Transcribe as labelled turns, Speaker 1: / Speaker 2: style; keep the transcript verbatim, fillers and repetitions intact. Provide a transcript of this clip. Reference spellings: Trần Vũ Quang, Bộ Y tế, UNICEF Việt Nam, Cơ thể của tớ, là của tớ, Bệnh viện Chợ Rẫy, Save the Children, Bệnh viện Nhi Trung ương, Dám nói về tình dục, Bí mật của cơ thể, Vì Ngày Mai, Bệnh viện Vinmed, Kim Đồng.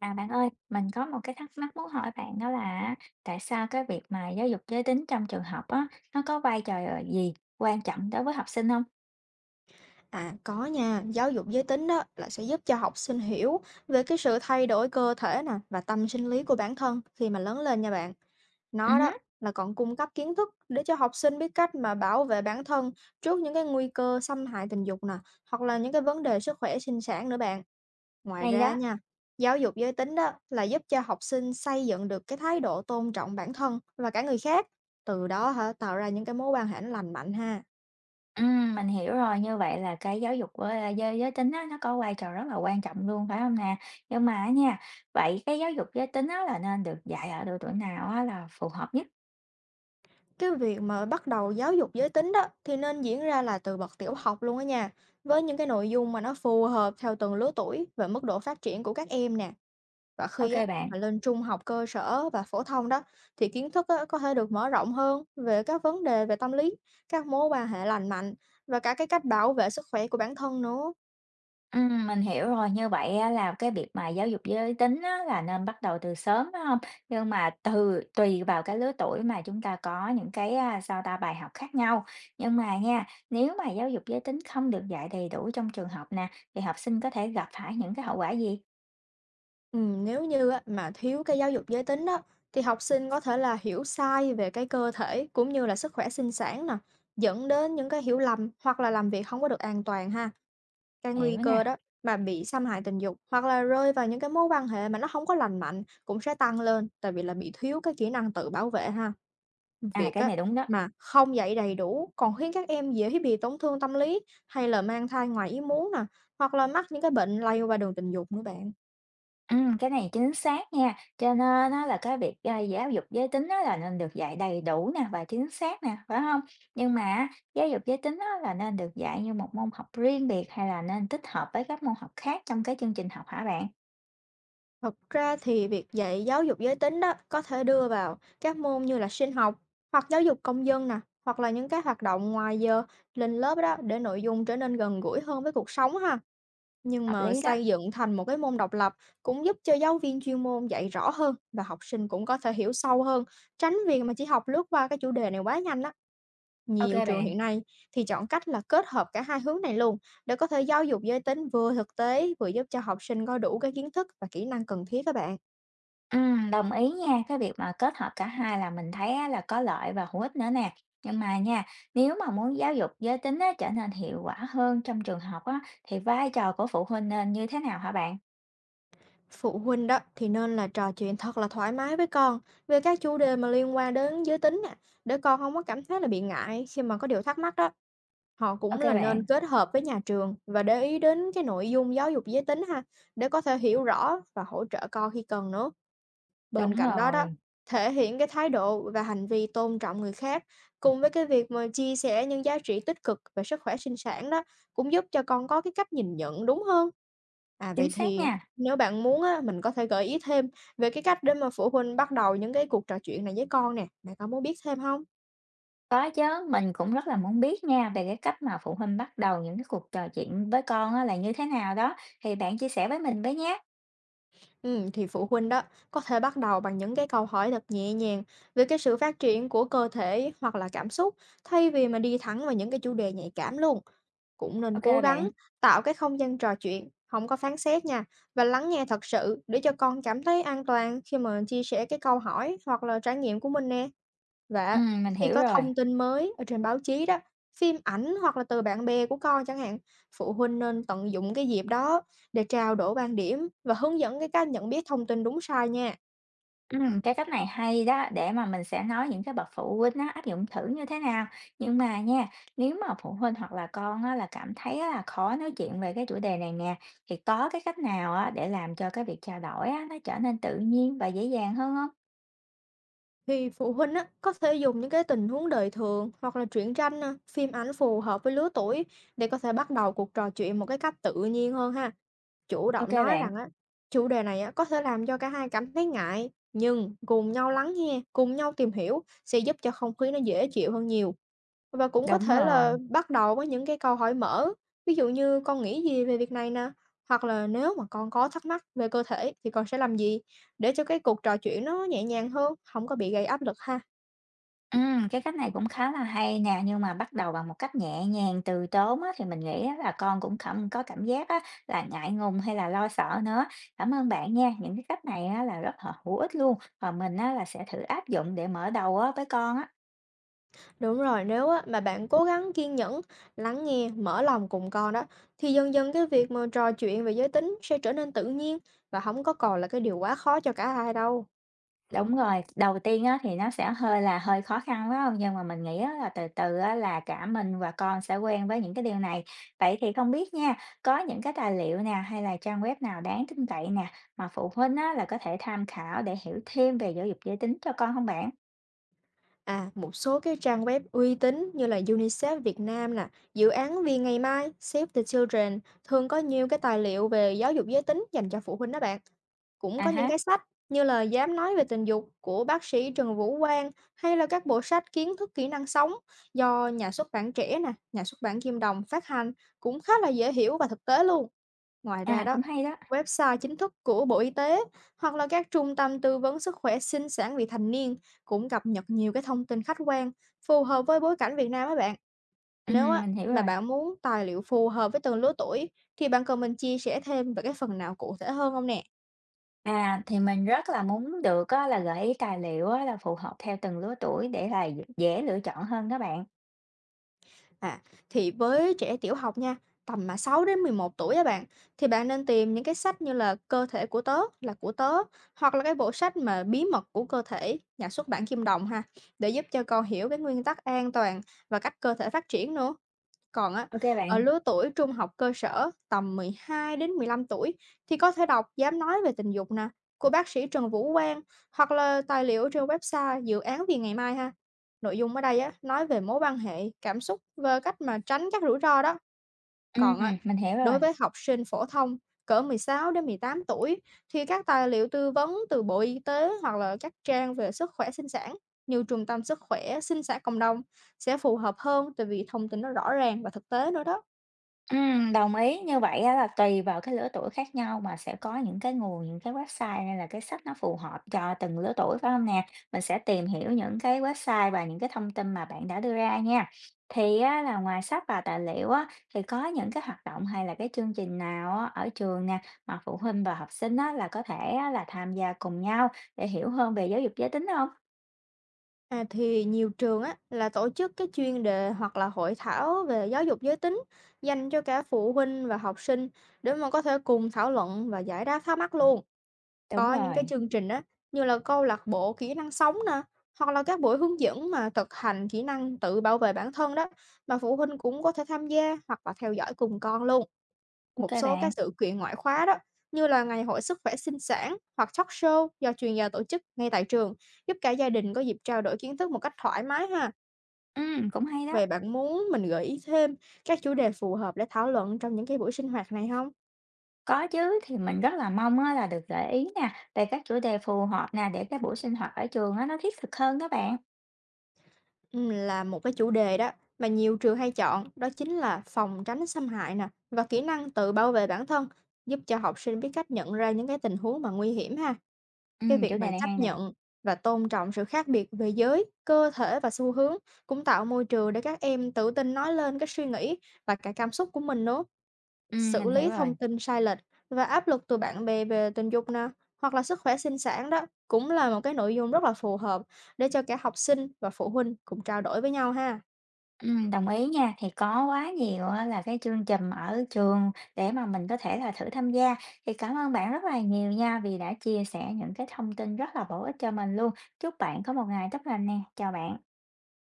Speaker 1: À bạn ơi, mình có một cái thắc mắc muốn hỏi bạn, đó là tại sao cái việc mà giáo dục giới tính trong trường học á, nó có vai trò gì quan trọng đối với học sinh không?
Speaker 2: À có nha, giáo dục giới tính đó là sẽ giúp cho học sinh hiểu về cái sự thay đổi cơ thể nè và tâm sinh lý của bản thân khi mà lớn lên nha bạn.
Speaker 1: Ừ,
Speaker 2: Nó đó
Speaker 1: hứ,
Speaker 2: là còn cung cấp kiến thức để cho học sinh biết cách mà bảo vệ bản thân trước những cái nguy cơ xâm hại tình dục nè, hoặc là những cái vấn đề sức khỏe sinh sản nữa bạn. Ngoài
Speaker 1: hay
Speaker 2: ra
Speaker 1: đó.
Speaker 2: nha, giáo dục giới tính đó là giúp cho học sinh xây dựng được cái thái độ tôn trọng bản thân và cả người khác, từ đó hả tạo ra những cái mối quan hệ nó lành mạnh ha.
Speaker 1: Ừ, mình hiểu rồi, như vậy là cái giáo dục với giới, giới tính á, nó có vai trò rất là quan trọng luôn phải không nè? Nhưng mà á nha, vậy cái giáo dục giới tính á, là nên được dạy ở độ tuổi nào á, là phù hợp nhất?
Speaker 2: Cái việc mà bắt đầu giáo dục giới tính đó thì nên diễn ra là từ bậc tiểu học luôn á nha, với những cái nội dung mà nó phù hợp theo từng lứa tuổi và mức độ phát triển của các em nè. Và
Speaker 1: Ok
Speaker 2: khi á,
Speaker 1: bạn.
Speaker 2: mà lên trung học cơ sở và phổ thông đó thì kiến thức á, có thể được mở rộng hơn về các vấn đề về tâm lý, các mối quan hệ lành mạnh và cả cái cách bảo vệ sức khỏe của bản thân nữa.
Speaker 1: Ừm, mình hiểu rồi, như vậy á là cái việc mà giáo dục giới tính á là nên bắt đầu từ sớm, phải hông? Nhưng mà từ tùy vào cái lứa tuổi mà chúng ta có những cái, a, sao ta, bài học khác nhau. Nhưng mà nha, nếu mà giáo dục giới tính không được dạy đầy đủ trong trường học nè, thì học sinh có thể gặp phải những cái hậu quả gì?
Speaker 2: Ừm, nếu như á, mà thiếu cái giáo dục giới tính đó thì học sinh có thể là hiểu sai về cái cơ thể cũng như là sức khỏe sinh sản nè, dẫn đến những cái hiểu lầm hoặc là làm việc không có được an toàn ha. Cái
Speaker 1: Hiểu
Speaker 2: nguy
Speaker 1: nè,
Speaker 2: cơ đó mà bị xâm hại tình dục hoặc là rơi vào những cái mối quan hệ mà nó không có lành mạnh cũng sẽ tăng lên, tại vì là bị thiếu cái kỹ năng tự bảo vệ ha.
Speaker 1: à,
Speaker 2: Việc
Speaker 1: cái
Speaker 2: á
Speaker 1: này đúng đó.
Speaker 2: mà không dạy đầy đủ còn khiến các em dễ bị tổn thương tâm lý, hay là mang thai ngoài ý muốn nè, hoặc là mắc những cái bệnh lây qua đường tình dục nữa bạn.
Speaker 1: Ừm, cái này chính xác nha, cho nên nó là cái việc, a, giáo dục giới tính á là nên được dạy đầy đủ nè và chính xác nè, phải không? Nhưng mà á, giáo dục giới tính á là nên được dạy như một môn học riêng biệt hay là nên tích hợp với các môn học khác trong cái chương trình học hả bạn?
Speaker 2: Thực ra thì việc dạy giáo dục giới tính đó có thể đưa vào các môn như là sinh học hoặc giáo dục công dân nè, hoặc là những cái hoạt động ngoài giờ lên lớp đó, để nội dung trở nên gần gũi hơn với cuộc sống ha. Nhưng
Speaker 1: Hợp
Speaker 2: mà
Speaker 1: lý đó.
Speaker 2: xây dựng thành một cái môn độc lập cũng giúp cho giáo viên chuyên môn dạy rõ hơn, và học sinh cũng có thể hiểu sâu hơn, tránh việc mà chỉ học lướt qua cái chủ đề này quá nhanh á.
Speaker 1: Ok
Speaker 2: Nhiều trường
Speaker 1: bạn.
Speaker 2: hiện nay thì chọn cách là kết hợp cả hai hướng này luôn, để có thể giáo dục giới tính vừa thực tế, vừa giúp cho học sinh có đủ cái kiến thức và kỹ năng cần thiết các bạn.
Speaker 1: Ừm, đồng ý nha, cái việc mà kết hợp cả hai là mình thấy á là có lợi và hữu ích nữa nè. Nhưng mà nha, nếu mà muốn giáo dục giới tính á trở nên hiệu quả hơn trong trường học á, thì vai trò của phụ huynh nên như thế nào hả bạn?
Speaker 2: Phụ huynh đó thì nên là trò chuyện thật là thoải mái với con về các chủ đề mà liên quan đến giới tính nè, để con không có cảm thấy là bị ngại khi mà có điều thắc mắc đó. Họ
Speaker 1: Ô
Speaker 2: cũng
Speaker 1: kê
Speaker 2: là nên
Speaker 1: bạn.
Speaker 2: kết hợp với nhà trường và để ý đến cái nội dung giáo dục giới tính ha, để có thể hiểu rõ và hỗ trợ con khi cần nữa. Bên
Speaker 1: Đúng
Speaker 2: cạnh đó đó,
Speaker 1: rồi,
Speaker 2: thể hiện cái thái độ và hành vi tôn trọng người khác, cùng với cái việc mà chia sẻ những giá trị tích cực về sức khỏe sinh sản đó, cũng giúp cho con có cái cách nhìn nhận đúng hơn. À
Speaker 1: chính
Speaker 2: vậy
Speaker 1: xác
Speaker 2: thì
Speaker 1: nha.
Speaker 2: nếu bạn muốn á, mình có thể gợi ý thêm về cái cách để mà phụ huynh bắt đầu những cái cuộc trò chuyện này với con nè. Bạn có muốn biết thêm không?
Speaker 1: Có chứ, mình cũng rất là muốn biết nha về cái cách mà phụ huynh bắt đầu những cái cuộc trò chuyện với con á là như thế nào đó, thì bạn chia sẻ với mình với nhé.
Speaker 2: Ừ, thì phụ huynh đó có thể bắt đầu bằng những cái câu hỏi thật nhẹ nhàng về cái sự phát triển của cơ thể hoặc là cảm xúc, thay vì mà đi thẳng vào những cái chủ đề nhạy cảm luôn. Cũng nên
Speaker 1: Ok
Speaker 2: cố gắng
Speaker 1: bạn,
Speaker 2: tạo cái không gian trò chuyện, không có phán xét nha, và lắng nghe thật sự để cho con cảm thấy an toàn khi mà chia sẻ cái câu hỏi hoặc là trải nghiệm của mình nè. Và
Speaker 1: ừm, mình
Speaker 2: khi
Speaker 1: hiểu
Speaker 2: có
Speaker 1: rồi.
Speaker 2: thông tin mới ở trên báo chí đó, phim ảnh hoặc là từ bạn bè của con chẳng hạn, phụ huynh nên tận dụng cái dịp đó để trao đổi quan điểm và hướng dẫn cái cách nhận biết thông tin đúng sai nha.
Speaker 1: Ừm, cái cách này hay đó, để mà mình sẽ nói những cái bậc phụ huynh nó áp dụng thử như thế nào. Nhưng mà nha, nếu mà phụ huynh hoặc là con á là cảm thấy á là khó nói chuyện về cái chủ đề này nè, thì có cái cách nào á để làm cho cái việc trao đổi á nó trở nên tự nhiên và dễ dàng hơn không?
Speaker 2: Thì phụ huynh á, có thể dùng những cái tình huống đời thường hoặc là truyện tranh, nè, phim ảnh phù hợp với lứa tuổi, để có thể bắt đầu cuộc trò chuyện một cái cách tự nhiên hơn ha. Chủ
Speaker 1: Ok
Speaker 2: động nói
Speaker 1: bạn,
Speaker 2: rằng á, chủ đề này á, có thể làm cho cả hai cảm thấy ngại, nhưng cùng nhau lắng nghe, cùng nhau tìm hiểu sẽ giúp cho không khí nó dễ chịu hơn nhiều. Và cũng có
Speaker 1: đúng
Speaker 2: thể
Speaker 1: rồi.
Speaker 2: là bắt đầu với những cái câu hỏi mở, ví dụ như "Con nghĩ gì về việc này nè?" Hoặc là "Nếu mà con có thắc mắc về cơ thể thì con sẽ làm gì?" Để cho cái cuộc trò chuyện nó nhẹ nhàng hơn, không có bị gây áp lực ha.
Speaker 1: Ừm, cái cách này cũng khá là hay nè, nhưng mà bắt đầu bằng một cách nhẹ nhàng, từ tốn á, thì mình nghĩ á là con cũng không có cảm giác á là ngại ngùng hay là lo sợ nữa. Cảm ơn bạn nha, những cái cách này á là rất là hữu ích luôn và mình á là sẽ thử áp dụng để mở đầu á với con á.
Speaker 2: Đúng rồi, nếu á mà bạn cố gắng kiên nhẫn, lắng nghe, mở lòng cùng con đó, thì dần dần cái việc mà trò chuyện về giới tính sẽ trở nên tự nhiên, và không có còn là cái điều quá khó cho cả hai đâu.
Speaker 1: Đúng rồi, đầu tiên á thì nó sẽ hơi là hơi khó khăn, phải hông? Nhưng mà mình nghĩ á là từ từ á là cả mình và con sẽ quen với những cái điều này. Vậy thì không biết nha, có những cái tài liệu nè, hay là trang web nào đáng tin cậy nè, mà phụ huynh á là có thể tham khảo để hiểu thêm về giáo dục giới tính cho con không bạn?
Speaker 2: À, một số cái trang web uy tín như là UNICEF Việt Nam nè, dự án Vì Ngày Mai, Save the Children thường có nhiều cái tài liệu về giáo dục giới tính dành cho phụ huynh đó bạn. Cũng
Speaker 1: À
Speaker 2: có những
Speaker 1: há,
Speaker 2: cái sách như là Dám nói về tình dục của bác sĩ Trần Vũ Quang, hay là các bộ sách kiến thức kỹ năng sống do nhà xuất bản trẻ nè, nhà xuất bản Kim Đồng phát hành, cũng khá là dễ hiểu và thực tế luôn. Ngoài ra
Speaker 1: à,
Speaker 2: đó,
Speaker 1: cũng hay đó.
Speaker 2: website chính thức của Bộ Y tế hoặc là các trung tâm tư vấn sức khỏe sinh sản vị thành niên cũng cập nhật nhiều cái thông tin khách quan, phù hợp với bối cảnh Việt Nam á bạn. Nếu
Speaker 1: Ừm,
Speaker 2: á,
Speaker 1: mình hiểu
Speaker 2: mà
Speaker 1: rồi.
Speaker 2: bạn muốn tài liệu phù hợp với từng lứa tuổi, thì bạn cần mình chia sẻ thêm về cái phần nào cụ thể hơn không nè?
Speaker 1: À, thì mình rất là muốn được á là gợi ý tài liệu á là phù hợp theo từng lứa tuổi để là dễ lựa chọn hơn đó bạn.
Speaker 2: À, thì với trẻ tiểu học nha, tầm mà sáu đến mười một tuổi á bạn, thì bạn nên tìm những cái sách như là Cơ thể của tớ, là của tớ, hoặc là cái bộ sách mà Bí mật của cơ thể, nhà xuất bản Kim Đồng ha, để giúp cho con hiểu cái nguyên tắc an toàn và cách cơ thể phát triển nữa. Còn á,
Speaker 1: Ok
Speaker 2: ở
Speaker 1: bạn.
Speaker 2: lứa tuổi trung học cơ sở tầm mười hai đến mười lăm tuổi thì có thể đọc Dám nói về tình dục nè của bác sĩ Trần Vũ Quang, hoặc là tài liệu trên website Dự án Vì ngày mai ha. Nội dung ở đây á, nói về mối quan hệ, cảm xúc và cách mà tránh các rủi ro đó.
Speaker 1: Ừm,
Speaker 2: Còn á,
Speaker 1: mình hiểu rồi.
Speaker 2: đối với học sinh phổ thông cỡ mười sáu đến mười tám tuổi thì các tài liệu tư vấn từ Bộ Y tế hoặc là các trang về sức khỏe sinh sản như trung tâm sức khỏe sinh sản cộng đồng sẽ phù hợp hơn, tại vì thông tin nó rõ ràng và thực tế nữa đó.
Speaker 1: Ừm, đồng ý, như vậy á là tùy vào cái lứa tuổi khác nhau mà sẽ có những cái nguồn, những cái website hay là cái sách nó phù hợp cho từng lứa tuổi, phải không nè? Mình sẽ tìm hiểu những cái website và những cái thông tin mà bạn đã đưa ra nha. Thì á là ngoài sách và tài liệu á, thì có những cái hoạt động hay là cái chương trình nào á ở trường nè, mà phụ huynh và học sinh á là có thể á là tham gia cùng nhau để hiểu hơn về giáo dục giới tính không?
Speaker 2: À, thì nhiều trường á, là tổ chức cái chuyên đề hoặc là hội thảo về giáo dục giới tính dành cho cả phụ huynh và học sinh, để mà có thể cùng thảo luận và giải đáp thắc mắc luôn.
Speaker 1: Đúng
Speaker 2: Có những cái
Speaker 1: rồi,
Speaker 2: chương trình á, như là câu lạc bộ kỹ năng sống nè, hoặc là các buổi hướng dẫn mà thực hành kỹ năng tự bảo vệ bản thân đó, mà phụ huynh cũng có thể tham gia hoặc là theo dõi cùng con luôn.
Speaker 1: ok
Speaker 2: Một số
Speaker 1: bạn,
Speaker 2: các sự kiện ngoại khóa đó, như là ngày hội sức khỏe sinh sản hoặc talk show do chuyên gia tổ chức ngay tại trường, giúp cả gia đình có dịp trao đổi kiến thức một cách thoải mái ha.
Speaker 1: ừm, cũng hay đó.
Speaker 2: Vậy bạn muốn mình gợi ý thêm các chủ đề phù hợp để thảo luận trong những cái buổi sinh hoạt này không?
Speaker 1: Có chứ, thì mình rất là mong á là được gợi ý nè, về các chủ đề phù hợp nè, để cái buổi sinh hoạt ở trường á nó thiết thực hơn đó bạn.
Speaker 2: Ừm, là một cái chủ đề đó mà nhiều trường hay chọn, đó chính là phòng tránh xâm hại nè và kỹ năng tự bảo vệ bản thân, giúp cho học sinh biết cách nhận ra những cái tình huống mà nguy hiểm ha. Cái
Speaker 1: Ừm,
Speaker 2: việc
Speaker 1: chủ đề
Speaker 2: mà
Speaker 1: này
Speaker 2: chấp
Speaker 1: hay nè.
Speaker 2: nhận và tôn trọng sự khác biệt về giới, cơ thể và xu hướng cũng tạo môi trường để các em tự tin nói lên cái suy nghĩ và cả cảm xúc của mình nữa.
Speaker 1: Ừm,
Speaker 2: Xử
Speaker 1: mình hiểu
Speaker 2: lý
Speaker 1: rồi.
Speaker 2: thông tin sai lệch và áp lực từ bạn bè về tình dục nè, hoặc là sức khỏe sinh sản đó, cũng là một cái nội dung rất là phù hợp để cho cả học sinh và phụ huynh cùng trao đổi với nhau ha.
Speaker 1: Ừm, đồng ý nha, thì có quá nhiều á là cái chương trình ở trường để mà mình có thể là thử tham gia. Thì cảm ơn bạn rất là nhiều nha vì đã chia sẻ những cái thông tin rất là bổ ích cho mình luôn. Chúc bạn có một ngày tốt lành nè. Chào bạn.